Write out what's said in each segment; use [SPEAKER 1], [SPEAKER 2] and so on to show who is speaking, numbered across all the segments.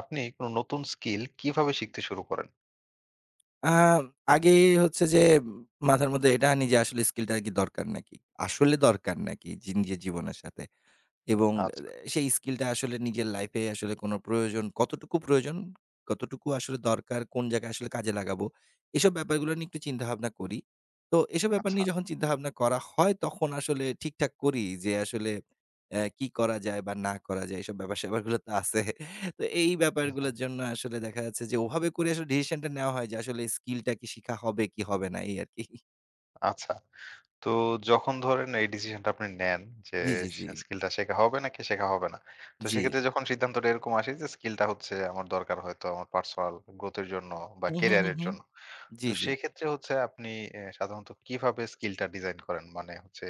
[SPEAKER 1] আপনি কোন নতুন স্কিল কিভাবে শিখতে শুরু করেন?
[SPEAKER 2] আ আগে হচ্ছে যে মাথার মধ্যে এটা আনি যে আসলে স্কিলটা কি দরকার নাকি? আসলে দরকার নাকি জি নিজের জীবনের সাথে? এবং
[SPEAKER 1] আচ্ছা,
[SPEAKER 2] সেই স্কিলটা আসলে নিজের লাইফে আসলে কোনো প্রয়োজন, কতটুকু প্রয়োজন, কতটুকু আসলে দরকার, কোন জায়গায় আসলে কাজে লাগাবো, এসব ব্যাপারগুলো নিয়ে একটু চিন্তাভাবনা করি। তো এসব ব্যাপার
[SPEAKER 1] আচ্ছা।
[SPEAKER 2] নিয়ে যখন চিন্তাভাবনা করা হয়, তখন আসলে ঠিকঠাক করি যে আসলে কি করা যায় বা না করা যায়, এসব ব্যাপার-স্যাপারগুলো তো আছে। তো এই
[SPEAKER 1] হুম, হুম।
[SPEAKER 2] ব্যাপারগুলোর জন্য আসলে দেখা যাচ্ছে যে ওভাবে করে আসলে ডিসিশনটা নেওয়া হয় যে আসলে স্কিলটা কি শিখা হবে কি হবে না, এই আরকি।
[SPEAKER 1] আচ্ছা। তো যখন ধরেন এই ডিসিশনটা আপনি নেন যে
[SPEAKER 2] জি, জি, জি।
[SPEAKER 1] সে স্কিলটা শেখা হবে নাকি শেখা হবে না। তো
[SPEAKER 2] জি।
[SPEAKER 1] সেক্ষেত্রে যখন সিদ্ধান্তটা এরকম আসে যে স্কিলটা হচ্ছে আমার দরকার হয়তো আমার পার্সোনাল গ্রোথ এর জন্য বা
[SPEAKER 2] হু, হু,
[SPEAKER 1] ক্যারিয়ার
[SPEAKER 2] হু,
[SPEAKER 1] এর
[SPEAKER 2] হু।
[SPEAKER 1] জন্য।
[SPEAKER 2] জি,
[SPEAKER 1] তো
[SPEAKER 2] জি।
[SPEAKER 1] সেক্ষেত্রে হচ্ছে আপনি সাধারণত কিভাবে স্কিলটা ডিজাইন করেন? মানে হচ্ছে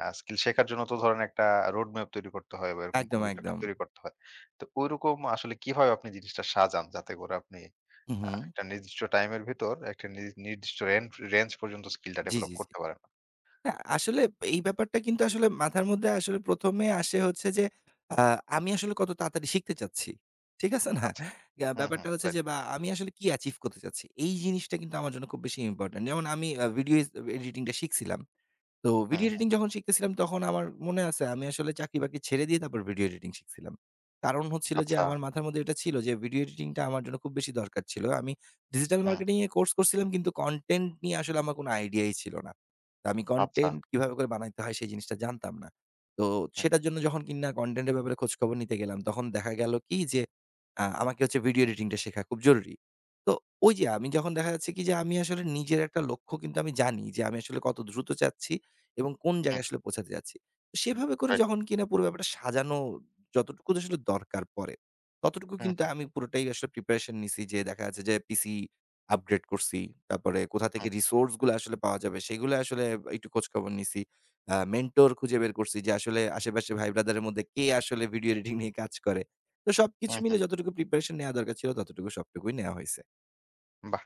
[SPEAKER 1] স্কিল শেখার জন্য তো ধরেন একটা রোড ম্যাপ তৈরি করতে হয় বা এরকম
[SPEAKER 2] একদম,
[SPEAKER 1] কোনো কিছু একটা
[SPEAKER 2] একদম।
[SPEAKER 1] তৈরি করতে হয়। তো ঐরকম আসলে কিভাবে আপনি জিনিসটা সাজান যাতে করে আপনি
[SPEAKER 2] হু, হু।
[SPEAKER 1] একটা নির্দিষ্ট টাইমের ভিতর একটা নির্দিষ্ট রেঞ্জ রেঞ্জ পর্যন্ত স্কিলটা
[SPEAKER 2] জি,
[SPEAKER 1] ডেভেলপ
[SPEAKER 2] জি, জি।
[SPEAKER 1] করতে পারেন?
[SPEAKER 2] না আসলে এই ব্যাপারটা কিন্তু আসলে মাথার মধ্যে আসলে ১ম এ আসে হচ্ছে যে, আ আমি আসলে কত তাড়াতাড়ি শিখতে চাচ্ছি। ঠিক আছে না?
[SPEAKER 1] আচ্ছা। হুম, হুম।
[SPEAKER 2] ব্যাপারটা হচ্ছে
[SPEAKER 1] রাইট।
[SPEAKER 2] যে বা আমি আসলে কি achieve করতে চাচ্ছি? এই জিনিসটা কিন্তু আমার জন্য খুব বেশি ইম্পোর্টেন্ট। যেমন আমি ভিডিও এডিটিং টা শিখছিলাম। তো
[SPEAKER 1] হুম,
[SPEAKER 2] ভিডিও
[SPEAKER 1] হুম।
[SPEAKER 2] এডিটিং যখন শিখতেছিলাম তখন আমার মনে আছে আমি আসলে চাকরি-বাকরি ছেড়ে দিয়ে তারপর ভিডিও এডিটিং শিখছিলাম। কারণ হচ্ছিল যে
[SPEAKER 1] আচ্ছা।
[SPEAKER 2] আমার মাথার মধ্যে এটা ছিল যে ভিডিও এডিটিংটা আমার জন্য খুব বেশি দরকার ছিল। আমি ডিজিটাল
[SPEAKER 1] হুম।
[SPEAKER 2] মার্কেটিং এ কোর্স করছিলাম কিন্তু কনটেন্ট নিয়ে আসলে আমার কোনো আইডিয়াই ছিল না। তো আমি
[SPEAKER 1] আচ্ছা।
[SPEAKER 2] কনটেন্ট কিভাবে করে বানাইতে হয় সেই জিনিসটা জানতাম না। তো
[SPEAKER 1] হুম,
[SPEAKER 2] সেটার জন্য যখন কিনা কনটেন্ট এর ব্যাপারে খোঁজখবর নিতে গেলাম তখন দেখা গেল কি যে আমাকে হচ্ছে ভিডিও এডিটিংটা শেখা খুব জরুরি। তো ওই যে আমি যখন দেখা যাচ্ছে কি যে আমি আসলে নিজের একটা লক্ষ্য কিন্তু আমি জানি যে আমি আসলে কত দ্রুত চাচ্ছি এবং কোন
[SPEAKER 1] হুম।
[SPEAKER 2] জায়গায় আসলে পৌঁছাতে যাচ্ছি। তো সেভাবে করে
[SPEAKER 1] রাইট।
[SPEAKER 2] যখন কিনা পুরো ব্যাপারটা সাজানো যতটুকু আসলে দরকার পড়ে, ততটুকু
[SPEAKER 1] হুম,
[SPEAKER 2] কিন্তু
[SPEAKER 1] হুম,
[SPEAKER 2] আমি পুরোটাই আসলে প্রিপারেশন নিছি যে দেখা যাচ্ছে যে পিসি আপগ্রেড করছি। তারপরে কোথা থেকে
[SPEAKER 1] হুম,
[SPEAKER 2] রিসোর্স গুলো আসলে পাওয়া যাবে সেগুলো আসলে একটু খোঁজখবর নিছি। মেন্টর খুঁজে বের করছি যে আসলে আশেপাশে ভাই ব্রাদারের মধ্যে কে আসলে ভিডিও এডিটিং নিয়ে কাজ করে। তো সবকিছু মিলে
[SPEAKER 1] হুম।
[SPEAKER 2] যতটুকু প্রিপারেশন নেয়া দরকার ছিল ততটুকু সবটুকুই নেয়া হইছে।
[SPEAKER 1] বাহ!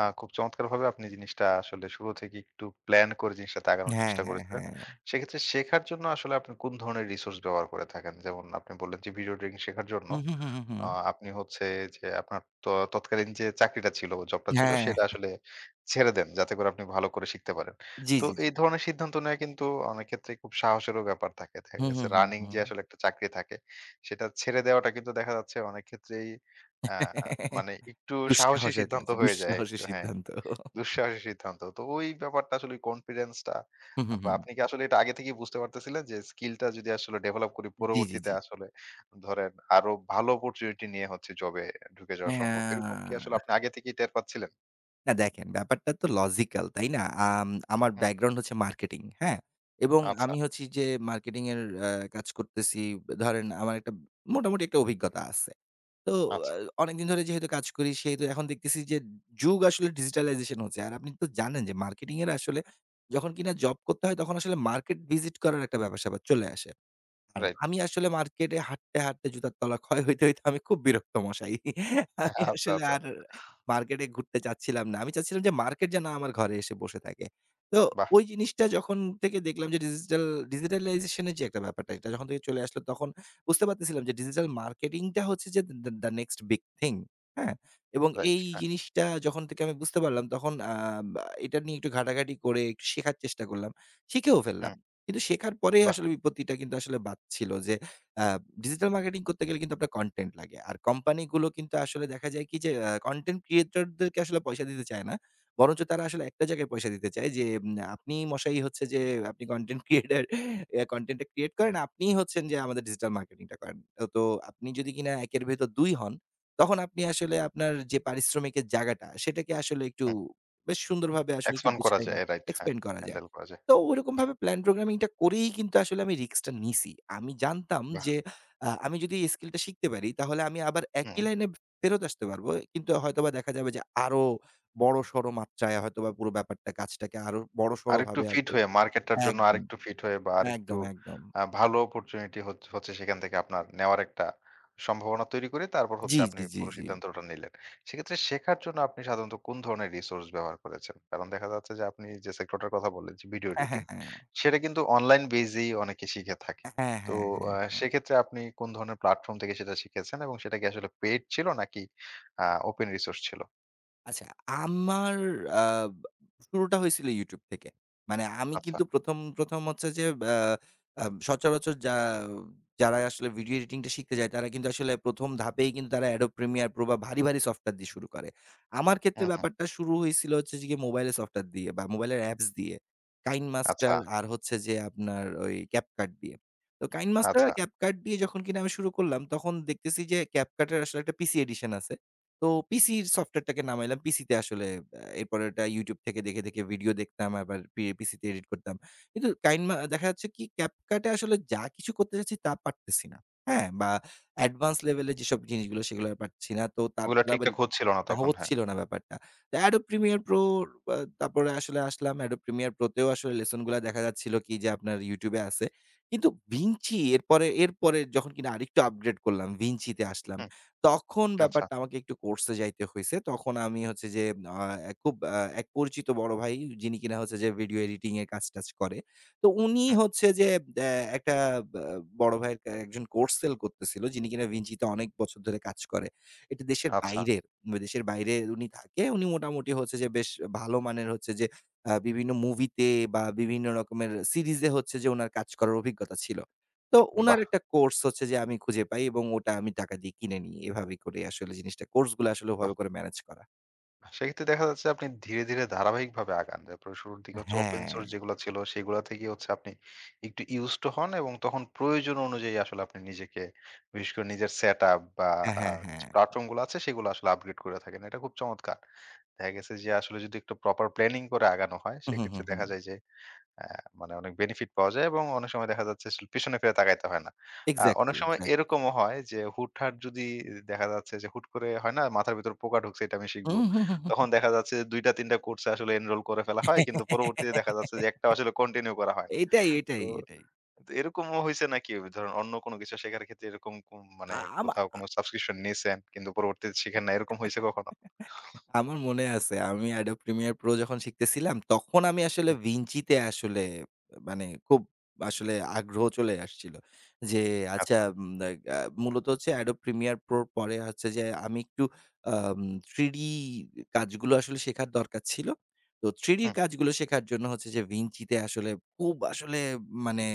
[SPEAKER 1] খুব চমৎকারভাবে আপনি জিনিসটা আসলে শুরু থেকে একটু প্ল্যান করে জিনিসটাতে আগানোর
[SPEAKER 2] হ্যাঁ,
[SPEAKER 1] চেষ্টা
[SPEAKER 2] হ্যাঁ,
[SPEAKER 1] করেছিলেন।
[SPEAKER 2] হ্যাঁ।
[SPEAKER 1] সেক্ষেত্রে শেখার জন্য আসলে আপনি কোন ধরনের রিসোর্স ব্যবহার করে থাকেন? যেমন আপনি বললেন যে ভিডিও ট্রেকিং শেখার জন্য
[SPEAKER 2] হু, হু, হু, হু, হু।
[SPEAKER 1] আ আপনি হচ্ছে যে আপনার তৎকালীন যে চাকরিটা ছিল, জবটা ছিল
[SPEAKER 2] হ্যাঁ।
[SPEAKER 1] সেটা আসলে ছেড়ে দেন। যাতে করে আপনি ভালো করে শিখতে পারেন।
[SPEAKER 2] জি,
[SPEAKER 1] তো
[SPEAKER 2] জি, জি।
[SPEAKER 1] এই ধরনের সিদ্ধান্ত নেওয়া কিন্তু অনেক ক্ষেত্রে খুব সাহসেরও ব্যাপার থাকে। দেখা
[SPEAKER 2] হু,
[SPEAKER 1] গেছে
[SPEAKER 2] হু,
[SPEAKER 1] রানিং
[SPEAKER 2] হু,
[SPEAKER 1] যে আসলে একটা চাকরি থাকে সেটা ছেড়ে দেওয়াটা কিন্তু দেখা যাচ্ছে অনেক ক্ষেত্রেই
[SPEAKER 2] হু।
[SPEAKER 1] আ মানে একটু সাহসী
[SPEAKER 2] দুঃসাহসের কাজ,
[SPEAKER 1] সিদ্ধান্ত হয়ে যায়
[SPEAKER 2] দুঃসাহসী
[SPEAKER 1] একটু হ্যাঁ,
[SPEAKER 2] সিদ্ধান্ত।
[SPEAKER 1] দুঃসাহসী সিদ্ধান্ত। তো ওই ব্যাপারটা আসলে কনফিডেন্স টা
[SPEAKER 2] হু, হু,
[SPEAKER 1] বা
[SPEAKER 2] হুম।
[SPEAKER 1] আপনি কি আসলে এটা আগে থেকেই বুঝতে পারতেছিলেন যে স্কিলটা যদি আসলে ডেভেলপ করি
[SPEAKER 2] জি, জি,
[SPEAKER 1] পরবর্তীতে
[SPEAKER 2] জি।
[SPEAKER 1] আসলে ধরেন আরো ভালো অপরচুনিটি নিয়ে হচ্ছে জবে ঢুকে যাওয়া সম্ভব। এরকম কি আসলে
[SPEAKER 2] হ্যাঁ,
[SPEAKER 1] আপনি আগে থেকেই টের পাচ্ছিলেন?
[SPEAKER 2] না দেখেন ব্যাপারটা তো লজিক্যাল, তাই না? আম আমার
[SPEAKER 1] হুম,
[SPEAKER 2] ব্যাকগ্রাউন্ড হচ্ছে মার্কেটিং, হ্যাঁ? এবং
[SPEAKER 1] আচ্ছা,
[SPEAKER 2] আমি হচ্ছি যে মার্কেটিং এর আ কাজ করতেছি। ধরেন আমার একটা মোটামুটি একটা অভিজ্ঞতা আছে। তো
[SPEAKER 1] আচ্ছা,
[SPEAKER 2] আ অনেকদিন ধরে যেহেতু কাজ করি সেহেতু এখন দেখতেছি যে যুগ আসলে ডিজিটালাইজেশন হচ্ছে। আর আপনি তো জানেন যে মার্কেটিং এর আসলে যখন কিনা জব করতে হয় তখন আসলে মার্কেট ভিজিট করার একটা ব্যাপার-স্যাপার চলে আসে। আর
[SPEAKER 1] রাইট।
[SPEAKER 2] আমি আসলে মার্কেটে হাঁটতে, হাঁটতে জুতার তলা ক্ষয় হইতে, হইতে আমি খুব বিরক্ত মশাই। আমি
[SPEAKER 1] আচ্ছা,
[SPEAKER 2] আসলে
[SPEAKER 1] আচ্ছা।
[SPEAKER 2] আর মার্কেটে ঘুরতে চাচ্ছিলাম না। আমি চাচ্ছিলাম যে মার্কেট যেন আমার ঘরে এসে বসে থাকে। তো
[SPEAKER 1] বাহ!
[SPEAKER 2] ওই জিনিসটা যখন থেকে দেখলাম যে ডিজিটালাইজেশন এর যে একটা ব্যাপারটা এটা যখন থেকে চলে আসলো তখন বুঝতে পারতেছিলাম যে ডিজিটাল মার্কেটিং টা হচ্ছে যে the the next big thing. হ্যাঁ? এবং
[SPEAKER 1] রাইট,
[SPEAKER 2] এই
[SPEAKER 1] হ্যাঁ।
[SPEAKER 2] জিনিসটা যখন থেকে আমি বুঝতে পারলাম তখন বা এটা নিয়ে একটু ঘাটাঘাটি করে একটু শেখার চেষ্টা করলাম। শিখেও
[SPEAKER 1] হুম,
[SPEAKER 2] ফেললাম। কিন্তু শেখার পরেই
[SPEAKER 1] বাহ!
[SPEAKER 2] আসলে বিপত্তিটা কিন্তু আসলে বাধছিল যে আ ডিজিটাল মার্কেটিং করতে গেলে কিন্তু আপনার কনটেন্ট লাগে। আর কোম্পানিগুলো কিন্তু আসলে দেখা যায় কি যে কনটেন্ট ক্রিয়েটরদেরকে আসলে পয়সা দিতে চায় না। বরঞ্চ তারা আসলে একটা জায়গায় পয়সা দিতে চায় যে আপনি মশাই হচ্ছে যে আপনি কনটেন্ট ক্রিয়েটর কনটেন্টটা ক্রিয়েট করেন। আপনিই হচ্ছেন যে আমাদের ডিজিটাল মার্কেটিংটা করেন। তো আপনি যদি কিনা ১ এর ভেতর ২ হন, তখন আপনি আসলে আপনার যে পারিশ্রমিকের জায়গাটা সেটাকে আসলে একটু
[SPEAKER 1] হুম।
[SPEAKER 2] বেশ সুন্দরভাবে আসলে একটু
[SPEAKER 1] এক্সপান্ড করা
[SPEAKER 2] গুছায়
[SPEAKER 1] যায়।
[SPEAKER 2] নিয়ে
[SPEAKER 1] রাইট, হ্যাঁ।
[SPEAKER 2] এক্সপ্লেইন করা যায়।
[SPEAKER 1] হ্যান্ডেল করা যায়।
[SPEAKER 2] তো
[SPEAKER 1] বাহ!
[SPEAKER 2] ওরকমভাবে প্ল্যান প্রোগ্রামিংটা করেই কিন্তু আসলে আমি রিস্কটা নিছি। আমি জানতাম
[SPEAKER 1] বাহ!
[SPEAKER 2] যে আমি যদি এই স্কিলটা শিখতে পারি তাহলে আমি আবার
[SPEAKER 1] হুম।
[SPEAKER 2] একই লাইনে ফেরত আসতে পারবো। কিন্তু হয়তোবা দেখা যাবে যে আরো বড়সড় মাত্রায় হয়তোবা পুরো ব্যাপারটা কাজটাকে আরো
[SPEAKER 1] আরেকটু
[SPEAKER 2] বড়সড়ভাবে
[SPEAKER 1] ফিট
[SPEAKER 2] আসলে
[SPEAKER 1] হয়ে মার্কেটটার জন্য
[SPEAKER 2] একদম,
[SPEAKER 1] আরেকটু ফিট হয়ে বা আরেকটু
[SPEAKER 2] একদম, একদম।
[SPEAKER 1] ভালো অপরচুনিটি হচ্ছে সেখান থেকে আপনার নেওয়ার একটা সম্ভাবনা তৈরি করে তারপর হচ্ছে
[SPEAKER 2] জি,
[SPEAKER 1] আপনি
[SPEAKER 2] জি, জি,
[SPEAKER 1] পুরো
[SPEAKER 2] জি।
[SPEAKER 1] সিদ্ধান্তটা নিলেন। সেক্ষেত্রে শেখার জন্য আপনি সাধারণত কোন ধরনের রিসোর্স ব্যবহার করেছেন? কারণ দেখা যাচ্ছে যে আপনি যে সেক্টরটার কথা বললেন যে ভিডিও
[SPEAKER 2] হ্যাঁ,
[SPEAKER 1] এডিটিং,
[SPEAKER 2] হ্যাঁ, হ্যাঁ।
[SPEAKER 1] সেটা কিন্তু অনলাইন বেজ এই অনেকে শিখে থাকে।
[SPEAKER 2] হ্যাঁ,
[SPEAKER 1] তো
[SPEAKER 2] হ্যাঁ, হ্যাঁ। হ্যাঁ।
[SPEAKER 1] সেক্ষেত্রে আপনি কোন ধরনের প্ল্যাটফর্ম থেকে সেটা শিখেছেন এবং সেটা কি আসলে পেইড ছিল নাকি আ ওপেন রিসোর্স ছিল?
[SPEAKER 2] আচ্ছা, আমার আ শুরুটা হয়েছিল YouTube থেকে। মানে আমি
[SPEAKER 1] আচ্ছা।
[SPEAKER 2] কিন্তু ১ম হচ্ছে যে আ আ সচরাচর যারা আসলে ভিডিও এডিটিং টা শিখতে যায় তারা কিন্তু আসলে ১ম ধাপেই কিন্তু তারা Adobe Premiere Pro বা ভারী, ভারী সফটওয়্যার দিয়ে শুরু করে। আমার ক্ষেত্রে
[SPEAKER 1] হুম, হুম।
[SPEAKER 2] ব্যাপারটা শুরু হয়েছিল হচ্ছে যে গিয়ে মোবাইলের সফটওয়্যার দিয়ে বা মোবাইলের অ্যাপস দিয়ে।
[SPEAKER 1] আচ্ছা,
[SPEAKER 2] KineMaster আর হচ্ছে যে আপনার ওই CapCut দিয়ে। তো KineMaster
[SPEAKER 1] আচ্ছা।
[SPEAKER 2] আর CapCut দিয়ে যখন কিনা আমি শুরু করলাম তখন দেখতেছি যে CapCut এর আসলে একটা পিসি এডিশন আছে। তো পিসির সফটওয়্যারটাকে নামাইলাম। পিসিতে আসলে এরপরে ওটা YouTube থেকে দেখে, দেখে ভিডিও দেখতাম আবার পিসিতে এডিট করতাম। কিন্তু দেখা যাচ্ছে কি CapCut এ আসলে যা কিছু করতে চাচ্ছি তা পারতেছি না। হ্যাঁ? বা অ্যাডভান্স লেভেলে যেসব জিনিসগুলো সেগুলো আর পারছি না। তো
[SPEAKER 1] ওগুলা
[SPEAKER 2] তারপরে আবার
[SPEAKER 1] ঠিকঠাক হচ্ছিল না
[SPEAKER 2] হ্যাঁ,
[SPEAKER 1] তখন, হ্যাঁ।
[SPEAKER 2] হচ্ছিল না ব্যাপারটা। তো Adobe Premiere Pro আ তারপরে আসলে আসলাম Adobe Premiere Pro তেও আসলে লেসন গুলা দেখা যাচ্ছিল কি যে আপনার YouTube এ আছে। কিন্তু এরপরে, যখন কিনা আরেকটু আপগ্রেড করলাম Vinci তে আসলাম।
[SPEAKER 1] হুম,
[SPEAKER 2] তখন
[SPEAKER 1] আচ্ছা,
[SPEAKER 2] ব্যাপারটা আমাকে একটু কোর্সে যাইতে হইছে। তখন আমি হচ্ছে যে খুব এক পরিচিত বড় ভাই যিনি কিনা হচ্ছে যে ভিডিও এডিটিং এর কাজ-টাজ করে। তো উনি
[SPEAKER 1] হুম,
[SPEAKER 2] হচ্ছে যে অ্যা একটা বা বড় ভাইয়ের কা একজন কোর্স সেল করতেছিল যিনি কিনা Vinci তে অনেক বছর ধরে কাজ করে। এটা দেশের
[SPEAKER 1] আচ্ছা।
[SPEAKER 2] বাইরের, দেশের বাইরে উনি থাকে। উনি মোটামুটি হচ্ছে যে বেশ ভালো মানের হচ্ছে যে বিভিন্ন মুভিতে বা বিভিন্ন রকমের সিরিজে হচ্ছে যে উনার কাজ করার অভিজ্ঞতা ছিল। তো উনার
[SPEAKER 1] বাহ!
[SPEAKER 2] একটা কোর্স হচ্ছে যে আমি খুঁজে পাই এবং ওটা আমি টাকা দিয়ে কিনে নিই। এভাবে করে আসলে জিনিসটা কোর্স গুলো আসলে
[SPEAKER 1] বাহ!
[SPEAKER 2] ওভাবে করে ম্যানেজ করা।
[SPEAKER 1] সেক্ষেত্রে দেখা যাচ্ছে আপনি ধীরে, ধীরে ধারাবাহিকভাবে আগান। তারপরে শুরুর দিকে হচ্ছে ওপেন
[SPEAKER 2] হ্যাঁ,
[SPEAKER 1] সোর্স যেগুলো ছিল সেগুলা থেকে হচ্ছে আপনি একটু ইউসড টু হন এবং তখন প্রয়োজন অনুযায়ী আসলে আপনি নিজেকে বিশেষ করে নিজের সেটআপ বা
[SPEAKER 2] হ্যাঁ,
[SPEAKER 1] আ
[SPEAKER 2] হ্যাঁ,
[SPEAKER 1] যে
[SPEAKER 2] হ্যাঁ।
[SPEAKER 1] প্ল্যাটফর্ম গুলো আছে সেগুলো আসলে আপগ্রেড করে থাকেন। এটা খুব চমৎকার। দেখা গেছে যে আসলে যদি একটু প্রপার প্ল্যানিং করে আগানো হয়
[SPEAKER 2] হু, হু, হু,
[SPEAKER 1] সেক্ষেত্রে
[SPEAKER 2] হু।
[SPEAKER 1] দেখা যায় যে হ্যাঁ, মানে অনেক বেনিফিট পাওয়া যায় এবং অনেক সময় দেখা যাচ্ছে আসলে পিছনে ফিরে তাকাইতে হয় না। অনেক
[SPEAKER 2] এক্সাক্টলি,
[SPEAKER 1] সময়
[SPEAKER 2] এক্সাক্টলি।
[SPEAKER 1] এরকমও হয় যে হুটহাট যদি দেখা যাচ্ছে যে হুট করে হয় না মাথার ভিতর পোকা ঢুকছে এটা আমি শিখবো।
[SPEAKER 2] হুম, হুম, হুম,
[SPEAKER 1] তখন
[SPEAKER 2] হুম।
[SPEAKER 1] দেখা যাচ্ছে যে ২ টা ৩ টা কোর্সে আসলে এনরোল করে ফেলা হয়। কিন্তু পরবর্তীতে দেখা যাচ্ছে যে একটাও আসলে কন্টিনিউ করা হয় না।
[SPEAKER 2] এটাই,
[SPEAKER 1] তো
[SPEAKER 2] এটাই, এটাই।
[SPEAKER 1] তো এরকমও হইছে নাকি ধরেন অন্য কোনো কিছু শেখার ক্ষেত্রে এরকম কোন মানে
[SPEAKER 2] আ আমা
[SPEAKER 1] কোথাও কোনো সাবস্ক্রিপশন নিছেন কিন্তু পরবর্তীতে শিখেন না এরকম হইছে কখনো?
[SPEAKER 2] আমার মনে আছে আমি Adobe Premiere Pro যখন শিখতেছিলাম, তখন আমি আসলে
[SPEAKER 1] হুম,
[SPEAKER 2] Vinci তে আসলে মানে খুব আসলে আগ্রহ চলে আসছিল। যে আচ্ছা
[SPEAKER 1] আচ্ছা,
[SPEAKER 2] উম আ আ মূলত হচ্ছে Adobe Premiere Pro র পরে হচ্ছে যে আমি একটু আম 3D কাজগুলো আসলে শেখার দরকার ছিল। তো 3D র
[SPEAKER 1] হুম,
[SPEAKER 2] কাজগুলো শেখার জন্য হচ্ছে যে Vinci তে আসলে খুব আসলে মানে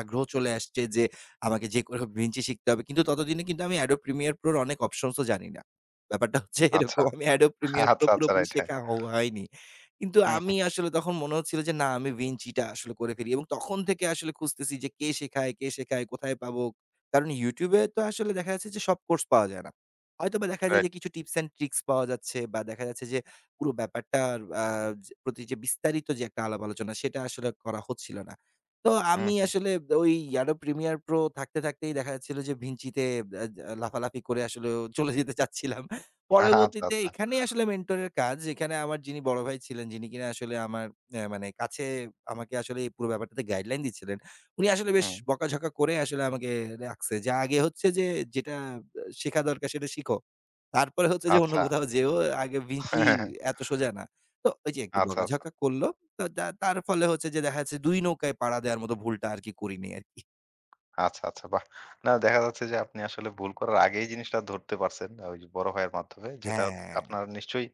[SPEAKER 2] আগ্রহ চলে আসছে যে আমাকে যে করে হোক Vinci শিখতে হবে। কিন্তু ততদিনে কিন্তু আমি Adobe Premiere Pro র অনেক অপশনস ও জানি না। ব্যাপারটা হচ্ছে
[SPEAKER 1] আচ্ছা,
[SPEAKER 2] এরকম আমি Adobe Premiere Pro
[SPEAKER 1] আচ্ছা, আচ্ছা
[SPEAKER 2] পুরোপুরি
[SPEAKER 1] রাইট হ্যাঁ।
[SPEAKER 2] শেখা হয়নি। কিন্তু
[SPEAKER 1] হুম, হুম,
[SPEAKER 2] আমি আসলে তখন মনে হচ্ছিল যে না আমি Vinci টা আসলে করে ফেলি এবং তখন থেকে আসলে খুঁজতেছি যে কে শেখায়, কে শেখায়, কোথায় পাবো? কারণ YouTube এ তো আসলে দেখা যাচ্ছে যে সব কোর্স পাওয়া যায় না। হয়তোবা দেখা যায়
[SPEAKER 1] রাইট।
[SPEAKER 2] যে কিছু টিপস অ্যান্ড ট্রিকস পাওয়া যাচ্ছে বা দেখা যাচ্ছে যে পুরো ব্যাপারটার আ যে যে বিস্তারিত যে একটা আলাপ আলোচনা সেটা আসলে করা হচ্ছিল না। তো
[SPEAKER 1] হুম,
[SPEAKER 2] আমি
[SPEAKER 1] হুম,
[SPEAKER 2] আসলে ওই Adobe Premiere Pro থাকতে, থাকতেই দেখা যাচ্ছিল যে Vinci তে আ আ লাফালাফি করে আসলে চলে যেতে চাচ্ছিলাম।
[SPEAKER 1] আচ্ছা,
[SPEAKER 2] পরবর্তীতে
[SPEAKER 1] আচ্ছা।
[SPEAKER 2] এখানেই আসলে মেন্টরের কাজ। এখানে আমার যিনি বড় ভাই ছিলেন, যিনি কিনা আসলে আমার মানে কাছে আমাকে আসলে এই পুরো ব্যাপারটাতে গাইডলাইন দিচ্ছিলেন। উনি আসলে বেশ
[SPEAKER 1] হুম,
[SPEAKER 2] বকাঝকা করে আসলে আমাকে রাখছে। যে আগে হচ্ছে যে যেটা শেখা দরকার সেটা শিখো। তারপরে হচ্ছে যে অন্য
[SPEAKER 1] আচ্ছা।
[SPEAKER 2] কোথাও যেও। আগে ভিঞ্চি এত সোজা না। তো ওই যে একটু
[SPEAKER 1] আচ্ছা, আচ্ছা।
[SPEAKER 2] বকাঝকা করলো। তো তার ফলে হচ্ছে যে দেখা যাচ্ছে ২ নৌকায় পাড়া দেওয়ার মতো ভুলটা আরকি করিনি আরকি।
[SPEAKER 1] আচ্ছা, আচ্ছা বাহ! না দেখা যাচ্ছে যে আপনি আসলে ভুল করার আগেই জিনিসটা ধরতে পারছেন। আহ, ওই যে বড় ভাইয়ের মাধ্যমে যেটা
[SPEAKER 2] হ্যাঁ,
[SPEAKER 1] আপনার নিশ্চয়ই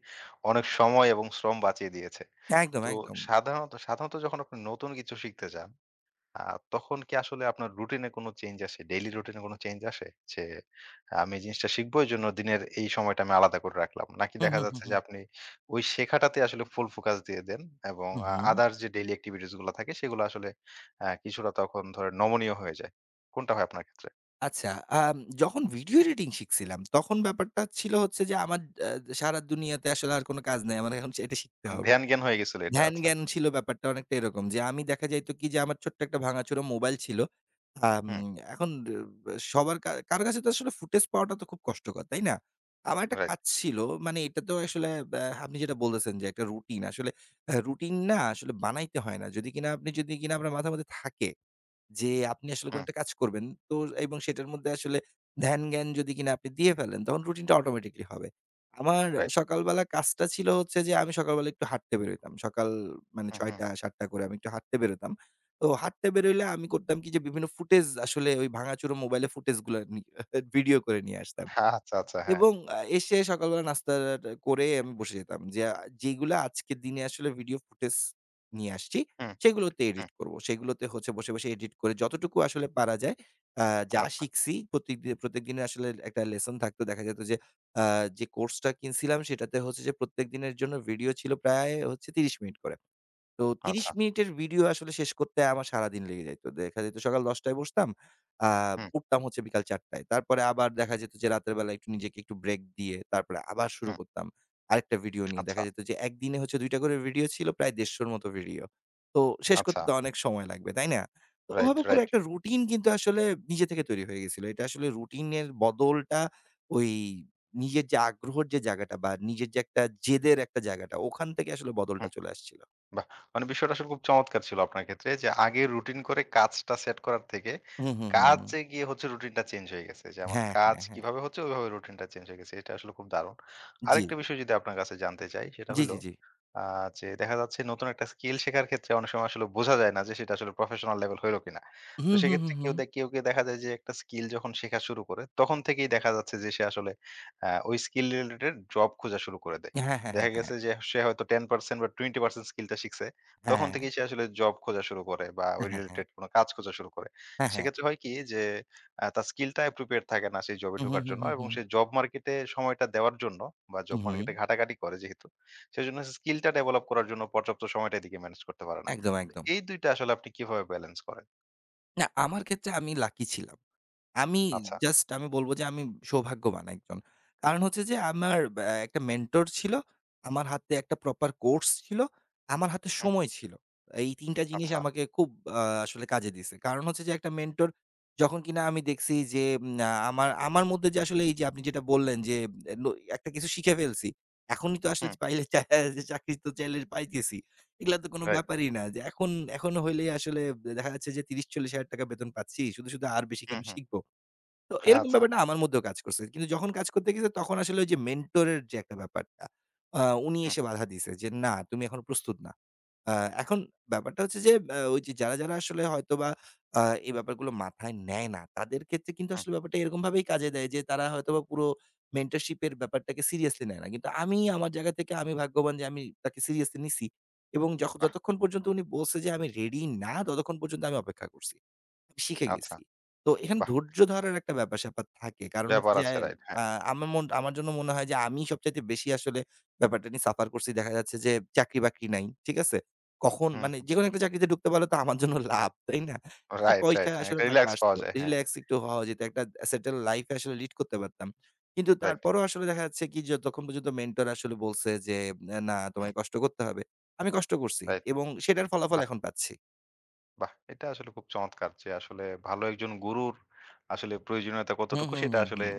[SPEAKER 1] অনেক সময় এবং শ্রম বাঁচিয়ে দিয়েছে।
[SPEAKER 2] একদম,
[SPEAKER 1] তো
[SPEAKER 2] একদম।
[SPEAKER 1] সাধারণত যখন আপনি নতুন কিছু শিখতে যান আ তখন কি আসলে আপনার রুটিন এ কোনো চেঞ্জ আসে? ডেইলি রুটিন এ কোনো চেঞ্জ আসে? যে আহ, আমি এই জিনিসটা শিখবো এজন্য দিনের এই সময়টা আমি আলাদা করে রাখলাম। নাকি
[SPEAKER 2] হু,
[SPEAKER 1] দেখা
[SPEAKER 2] হু, হু,
[SPEAKER 1] যাচ্ছে
[SPEAKER 2] হু।
[SPEAKER 1] যে আপনি ওই শেখাটাতে আসলে ফুল ফোকাস দিয়ে দেন এবং
[SPEAKER 2] হু, হু।
[SPEAKER 1] আদার যে ডেইলি এক্টিভিটিস গুলা থাকে সেগুলো আসলে কিছুটা তখন ধরেন নমনীয় হয়ে যায়। কোনটা হয় আপনার ক্ষেত্রে?
[SPEAKER 2] আচ্ছা, আম যখন ভিডিও এডিটিং শিখছিলাম, তখন ব্যাপারটা ছিল হচ্ছে যে আমার আ সারা দুনিয়াতে আসলে আর কোনো কাজ নাই। আমার এখন এটা শিখতে হবে।
[SPEAKER 1] ধ্যান-জ্ঞান হয়ে গেছিল এটা আচ্ছা।
[SPEAKER 2] ধ্যান-জ্ঞান ছিল ব্যাপারটা অনেকটা এরকম যে, আমি দেখা যাইত কি যে আমার ছোট্ট একটা ভাঙাচোরা মোবাইল ছিল। আম
[SPEAKER 1] হুম,
[SPEAKER 2] এখন সবার কারো কাছে তো আসলে ফুটেজ পাওয়াটা তো খুব কষ্টকর, তাই না? আমার একটা
[SPEAKER 1] রাইট,
[SPEAKER 2] কাজ ছিল। মানে এটা তো আসলে আপনি যেটা বলতেছেন যে একটা রুটিন আসলে রুটিন না আসলে বানাইতে হয় না। যদি কিনা আপনার মাথার মধ্যে থাকে। যে আপনি আসলে কোন
[SPEAKER 1] হুম,
[SPEAKER 2] একটা কাজ করবেন। তো এবং সেটার মধ্যে আসলে ধ্যান-জ্ঞান যদি কিনা আপনি দিয়ে ফেলেন, তখন রুটিনটা অটোমেটিক্যালি হবে। আমার
[SPEAKER 1] রাইট,
[SPEAKER 2] সকালবেলা কাজটা ছিল হচ্ছে যে আমি সকালবেলা একটু হাঁটতে বেরোইতাম। সকাল মানে
[SPEAKER 1] হুম, হুম।
[SPEAKER 2] ৬:০০-৭:০০ করে আমি একটু হাঁটতে বেরোতাম। তো হাঁটতে বেরোইলে আমি করতাম কি যে বিভিন্ন ফুটেজ আসলে ওই ভাঙাচোরা মোবাইলে ফুটেজগুলা নি ভিডিও করে নিয়ে আসতাম।
[SPEAKER 1] আচ্ছা, আচ্ছা, হ্যাঁ।
[SPEAKER 2] এবং এসে সকালবেলা নাস্তাটা করে আমি বসে যেতাম। যে যেইগুলা আজকের দিনে আসলে ভিডিও ফুটেজ নিয়ে আসছি,
[SPEAKER 1] হুম,
[SPEAKER 2] সেগুলোতে
[SPEAKER 1] হুম,
[SPEAKER 2] এডিট করব। সেগুলোতে হচ্ছে বসে, বসে এডিট করে যতটুকু আসলে পারা যায়, আ যা
[SPEAKER 1] আচ্ছা,
[SPEAKER 2] শিখছি প্রত্যেকদিনের আসলে একটা লেসন থাকতো। দেখা যেত যে আ যে কোর্সটা কিনছিলাম সেটাতে হচ্ছে যে প্রত্যেক দিনের জন্য ভিডিও ছিল প্রায় হচ্ছে ৩০ মিনিট করে। তো ৩০
[SPEAKER 1] আচ্ছা,
[SPEAKER 2] মিনিটের ভিডিও আসলে শেষ করতে আমার সারাদিন লেগে যাইত। দেখা যেত সকাল ১০ টায় বসতাম, আ
[SPEAKER 1] হুম,
[SPEAKER 2] উঠতাম হচ্ছে বিকাল ৪ টায়। তারপরে আবার দেখা যেত যে রাতের বেলা একটু নিজেকে একটু ব্রেক দিয়ে তারপরে আবার শুরু
[SPEAKER 1] হুম,
[SPEAKER 2] করতাম। আরেকটা ভিডিও নিয়ে।
[SPEAKER 1] আচ্ছা,
[SPEAKER 2] দেখা যেত যে একদিনে হচ্ছে ২ টা করে ভিডিও ছিল প্রায় ১৫০ র মতো ভিডিও। তো শেষ
[SPEAKER 1] আচ্ছা,
[SPEAKER 2] করতে তো অনেক সময় লাগবে, তাই না? তো
[SPEAKER 1] রাইট,
[SPEAKER 2] ওভাবে করে
[SPEAKER 1] রাইট।
[SPEAKER 2] একটা রুটিন কিন্তু আসলে নিজে থেকে তৈরি হয়ে গেছিল। এটা আসলে রুটিনের বদলটা ওই নিজের যে আগ্রহের যে জায়গাটা বা নিজের যে একটা জেদের একটা জায়গাটা ওখান থেকে আসলে বদলটা
[SPEAKER 1] হুম।
[SPEAKER 2] চলে আসছিল।
[SPEAKER 1] বাহ! মানে বিষয়টা আসলে খুব চমৎকার ছিল আপনার ক্ষেত্রে যে আগে রুটিন করে কাজটা সেট করার থেকে
[SPEAKER 2] হুম, হুম, হুম, হুম।
[SPEAKER 1] কাজে গিয়ে হচ্ছে রুটিনটা চেঞ্জ হয়ে গেছে। যে আমার
[SPEAKER 2] হ্যাঁ,
[SPEAKER 1] কাজ
[SPEAKER 2] হ্যাঁ, হ্যাঁ।
[SPEAKER 1] কিভাবে হচ্ছে ওইভাবে রুটিনটা চেঞ্জ হয়ে গেছে। এটা আসলে খুব দারুণ।
[SPEAKER 2] জি।
[SPEAKER 1] আরেকটা বিষয় যদি আপনার কাছে জানতে চাই সেটা
[SPEAKER 2] জি,
[SPEAKER 1] হইল
[SPEAKER 2] জি, জি।
[SPEAKER 1] আ যে দেখা যাচ্ছে নতুন একটা স্কিল শেখার ক্ষেত্রে অনেক সময় আসলে বোঝা যায় না যে সেটা আসলে প্রফেশনাল লেভেল হইলো কিনা। তো
[SPEAKER 2] হুম, হুম,
[SPEAKER 1] সেক্ষেত্রে
[SPEAKER 2] হুম, হুম।
[SPEAKER 1] কেউ দেখা যায় যে একটা স্কিল যখন শেখা শুরু করে তখন থেকেই দেখা যাচ্ছে যে সে আসলে ওই স্কিল রিলেটেড জব খোঁজা শুরু করে দেয়।
[SPEAKER 2] হ্যাঁ, হ্যাঁ,
[SPEAKER 1] দেখা
[SPEAKER 2] হ্যাঁ, হ্যাঁ।
[SPEAKER 1] গেছে যে সে হয়তো 10% বা 20% স্কিলটা শিখছে। তখন
[SPEAKER 2] হ্যাঁ,
[SPEAKER 1] থেকেই সে আসলে জব খোঁজা শুরু করে বা ওই
[SPEAKER 2] হ্যাঁ, হ্যাঁ,
[SPEAKER 1] রিলেটেড কোন কাজ খোঁজা শুরু করে।
[SPEAKER 2] হ্যাঁ, হ্যাঁ।
[SPEAKER 1] সেক্ষেত্রে হয় কি যে তার স্কিলটা appropriate থাকে না সেই জবে
[SPEAKER 2] হুম, হুম,
[SPEAKER 1] ঢোকার
[SPEAKER 2] হুম,
[SPEAKER 1] জন্য
[SPEAKER 2] হুম,
[SPEAKER 1] এবং
[SPEAKER 2] হুম।
[SPEAKER 1] সে জব মার্কেটে সময়টা দেওয়ার জন্য বা জব
[SPEAKER 2] হুম, হুম।
[SPEAKER 1] মার্কেটে ঘাটাঘাটি করে যেহেতু, সেজন্য স্কিলটা ডেভেলপ করার জন্য পর্যাপ্ত সময়টা এদিকে ম্যানেজ করতে পারে না।
[SPEAKER 2] একদম,
[SPEAKER 1] তো
[SPEAKER 2] একদম।
[SPEAKER 1] এই ২ টা আসলে আপনি কিভাবে ব্যালেন্স করেন?
[SPEAKER 2] না, আমার ক্ষেত্রে আমি লাকি ছিলাম। আমি
[SPEAKER 1] আচ্ছা,
[SPEAKER 2] জাস্ট আমি বলবো যে আমি সৌভাগ্যবান একজন। কারণ হচ্ছে যে আমার একটা মেন্টর ছিল, আমার হাতে একটা প্রপার কোর্স ছিল, আমার হাতে
[SPEAKER 1] হুম,
[SPEAKER 2] সময় ছিল। এই ৩ টা জিনিস
[SPEAKER 1] আচ্ছা,
[SPEAKER 2] আমাকে খুব আসলে কাজে দিছে। কারণ হচ্ছে যে একটা মেন্টর যখন কিনা আমি দেখছি যে উম আ আমার আমার মধ্যে যে আসলে এই যে আপনি যেটা বললেন যে এ ন একটা কিছু শিখে ফেলছি। এখনই তো আসলে
[SPEAKER 1] হুম,
[SPEAKER 2] পাইলে চা চাকরি তো চাইলে পাইতেছি। এগুলা তো কোনো
[SPEAKER 1] রাইট,
[SPEAKER 2] ব্যাপারই না। যে এখন এখন হইলেই আসলে দেখা যাচ্ছে যে ৳৩০-৳৪০,০০০ বেতন পাচ্ছি। শুধু, শুধু আর বেশি
[SPEAKER 1] হুম,
[SPEAKER 2] কেন
[SPEAKER 1] হুম,
[SPEAKER 2] শিখব? তো এরকম
[SPEAKER 1] আচ্ছা,
[SPEAKER 2] ব্যাপারটা আমার মধ্যেও কাজ করছে। কিন্তু যখন কাজ করতে গেছে তখন আসলে ওই যে মেন্টর এর যে একটা ব্যাপারটা, আ উনি
[SPEAKER 1] হুম,
[SPEAKER 2] এসে বাধা দিছে যে, "না, তুমি এখনো প্রস্তুত না।" আ এখন ব্যাপারটা হচ্ছে যে ওই যে যারা আসলে হয়তোবা আ এই ব্যাপারগুলো মাথায় নেয় না, তাদের ক্ষেত্রে কিন্তু
[SPEAKER 1] হুম,
[SPEAKER 2] আসলে ব্যাপারটা এরকমভাবেই কাজে দেয় যে তারা হয়তোবা পুরো মেন্টরশিপ এর ব্যাপারটাকে সিরিয়াসলি নেয় না। কিন্তু আমি আমার জায়গা থেকে আমি ভাগ্যবান যে আমি তাকে সিরিয়াসলি নিছি এবং
[SPEAKER 1] বাহ!
[SPEAKER 2] যতক্ষণ পর্যন্ত উনি বলছে যে আমি রেডি না, ততক্ষণ পর্যন্ত আমি অপেক্ষা করছি। শিখে
[SPEAKER 1] আচ্ছা,
[SPEAKER 2] গেছি। তো এখানে
[SPEAKER 1] বাহ!
[SPEAKER 2] ধৈর্য ধরার একটা ব্যাপার-স্যাপার থাকে। কারণ হচ্ছে
[SPEAKER 1] ব্যাপার
[SPEAKER 2] যে
[SPEAKER 1] আছে রাইট, হ্যাঁ,
[SPEAKER 2] আ আমার মন আমার জন্য মনে হয় যে আমি সবচাইতে বেশি আসলে ব্যাপারটা নিয়ে সাফার করছি। দেখা যাচ্ছে যে চাকরি-বাকরি নাই। ঠিক আছে? কখন
[SPEAKER 1] হুম,
[SPEAKER 2] মানে
[SPEAKER 1] হুম।
[SPEAKER 2] যেকোনো একটা চাকরিতে ঢুকতে পারলে তো আমার জন্য লাভ, তাই না? কিছু
[SPEAKER 1] রাইট,
[SPEAKER 2] পয়সা
[SPEAKER 1] রাইট। হ্যাঁ,
[SPEAKER 2] আসলে
[SPEAKER 1] একটা
[SPEAKER 2] টাকা
[SPEAKER 1] রিল্যাক্স পাওয়া
[SPEAKER 2] আসতো।
[SPEAKER 1] যায়। হ্যাঁ,
[SPEAKER 2] রিল্যাক্স একটু হওয়া যেত। একটা সেটেল লাইফ এ আসলে লিড করতে পারতাম। কিন্তু
[SPEAKER 1] রাইট।
[SPEAKER 2] তারপরেও আসলে দেখা যাচ্ছে কি যতক্ষণ পর্যন্ত মেন্টর আসলে বলছে যে, "না, না,
[SPEAKER 1] হুম,
[SPEAKER 2] তোমাকে কষ্ট করতে হবে।" আমি কষ্ট করছি
[SPEAKER 1] রাইট।
[SPEAKER 2] এবং সেটার ফলাফল
[SPEAKER 1] বাহ!
[SPEAKER 2] এখন পাচ্ছি।
[SPEAKER 1] বাহ! এটা আসলে খুব চমৎকার যে আসলে ভালো একজন গুরুর আসলে প্রয়োজনীয়তা
[SPEAKER 2] হুম,
[SPEAKER 1] কতটুকু
[SPEAKER 2] হুম,
[SPEAKER 1] সেটা
[SPEAKER 2] হুম,
[SPEAKER 1] আসলে
[SPEAKER 2] হুম।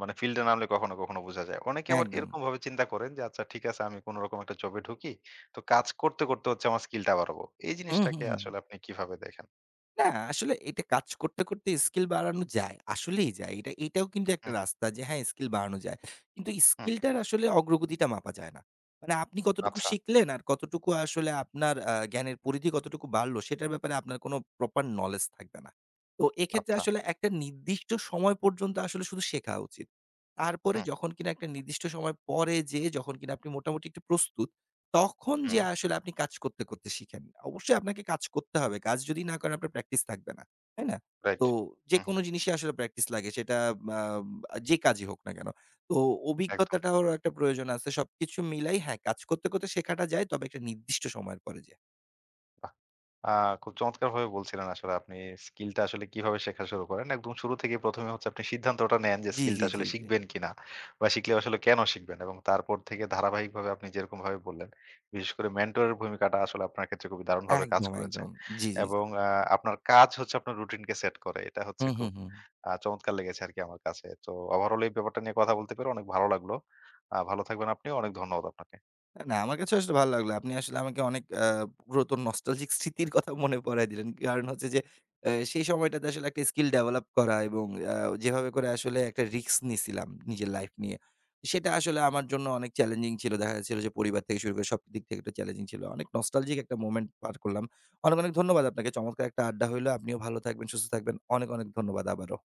[SPEAKER 1] মানে ফিল্ডে নামলে কখনো, কখনো বোঝা যায়। অনেকে আবার
[SPEAKER 2] একদম।
[SPEAKER 1] এরকমভাবে চিন্তা করেন যে আচ্ছা ঠিক আছে আমি কোনরকম একটা জবে ঢুকি। তো কাজ করতে, করতে হচ্ছে আমার স্কিলটা বাড়াবো। এই
[SPEAKER 2] হুম, হুম,
[SPEAKER 1] জিনিসটাকে
[SPEAKER 2] হুম।
[SPEAKER 1] আসলে আপনি কিভাবে দেখেন?
[SPEAKER 2] না, আসলে এটা কাজ করতে, করতে স্কিল বাড়ানো যায়। আসলেই যায়। এটাও কিন্তু একটা
[SPEAKER 1] হুম, হুম,
[SPEAKER 2] রাস্তা যে হ্যাঁ, স্কিল বাড়ানো যায়। কিন্তু
[SPEAKER 1] হুম।
[SPEAKER 2] স্কিলটার আসলে অগ্রগতিটা মাপা যায় না। মানে আপনি কতটুকু
[SPEAKER 1] আচ্ছা,
[SPEAKER 2] শিখলেন আর কতটুকু আসলে আপনার জ্ঞানের পরিধি কতটুকু বাড়লো সেটার ব্যাপারে আপনার কোনো প্রপার নলেজ থাকবে না। তো এক্ষেত্রে
[SPEAKER 1] আচ্ছা।
[SPEAKER 2] আসলে একটা নির্দিষ্ট সময় পর্যন্ত আসলে শুধু শেখা উচিত। তারপরে
[SPEAKER 1] হুম,
[SPEAKER 2] যখন কিনা একটা নির্দিষ্ট সময় পরে যেয়ে যখন কিনা আপনি মোটামুটি একটু প্রস্তুত তখন
[SPEAKER 1] হুম।
[SPEAKER 2] যেয়ে আসলে আপনি কাজ করতে, করতে শিখেন। অবশ্যই আপনাকে কাজ করতে হবে। কাজ যদি না করেন আপনার প্র্যাকটিস থাকবে না। তাই না?
[SPEAKER 1] রাইট।
[SPEAKER 2] তো
[SPEAKER 1] হুম,
[SPEAKER 2] যেকোনো
[SPEAKER 1] হুম।
[SPEAKER 2] জিনিসই আসলে প্র্যাকটিস লাগে। সেটা আম যে কাজই হোক না কেন। তো
[SPEAKER 1] একদম।
[SPEAKER 2] অভিজ্ঞতাটারও একটা প্রয়োজন আছে। সবকিছু মিলাই হ্যাঁ, কাজ করতে, করতে শেখাটা যায় তবে একটা নির্দিষ্ট সময়ের পরে যেয়ে।
[SPEAKER 1] বাহ! আ খুব চমৎকারভাবে বলছিলেন আসলে আপনি স্কিলটা আসলে কিভাবে শেখা শুরু করেন। একদম শুরু থেকেই ১ম এ হচ্ছে আপনি সিদ্ধান্তটা নেন যে
[SPEAKER 2] জি,
[SPEAKER 1] স্কিলটা
[SPEAKER 2] জি,
[SPEAKER 1] আসলে
[SPEAKER 2] জি, জি।
[SPEAKER 1] শিখবেন কিনা বা শিখলে আসলে কেন শিখবেন এবং তারপর থেকে ধারাবাহিকভাবে আপনি যেরকমভাবে বললেন, বিশেষ করে মেন্টরের ভূমিকাটা আসলে আপনার ক্ষেত্রে খুবই দারুণভাবে কাজ
[SPEAKER 2] একদম,
[SPEAKER 1] করেছে।
[SPEAKER 2] একদম। জি, জি, জি।
[SPEAKER 1] এবং আপনার কাজ হচ্ছে আপনার রুটিনকে সেট করে। এটা হচ্ছে
[SPEAKER 2] হুম,
[SPEAKER 1] খুব
[SPEAKER 2] হুম, হুম।
[SPEAKER 1] চমৎকার লেগেছে আরকি আমার কাছে। তো ওভারঅল এই ব্যাপারটা নিয়ে কথা বলতে পেরে অনেক ভালো লাগলো। ভালো থাকবেন আপনি। অনেক ধন্যবাদ আপনাকে।
[SPEAKER 2] না, না, আমার কাছেও আসলে ভালো লাগলো। আপনি আসলে আমাকে অনেক পুরাতন নস্টালজিক স্মৃতির কথা মনে পরায় দিলেন। কারণ হচ্ছে যে সেই সময়টাতে আসলে একটা স্কিল ডেভেলপ করা এবং আ যেভাবে করে আসলে একটা রিস্ক নিছিলাম নিজের লাইফ নিয়ে। সেটা আসলে আমার জন্য অনেক চ্যালেঞ্জিং ছিল। দেখা যাচ্ছিল যে পরিবার থেকে শুরু করে সব দিক থেকে একটা চ্যালেঞ্জিং ছিল। অনেক নস্টালজিক একটা মোমেন্ট পার করলাম। অনেক, অনেক ধন্যবাদ আপনাকে। চমৎকার একটা আড্ডা হইলো। আপনিও ভালো থাকবেন, সুস্থ থাকবেন। অনেক, অনেক ধন্যবাদ আবারও।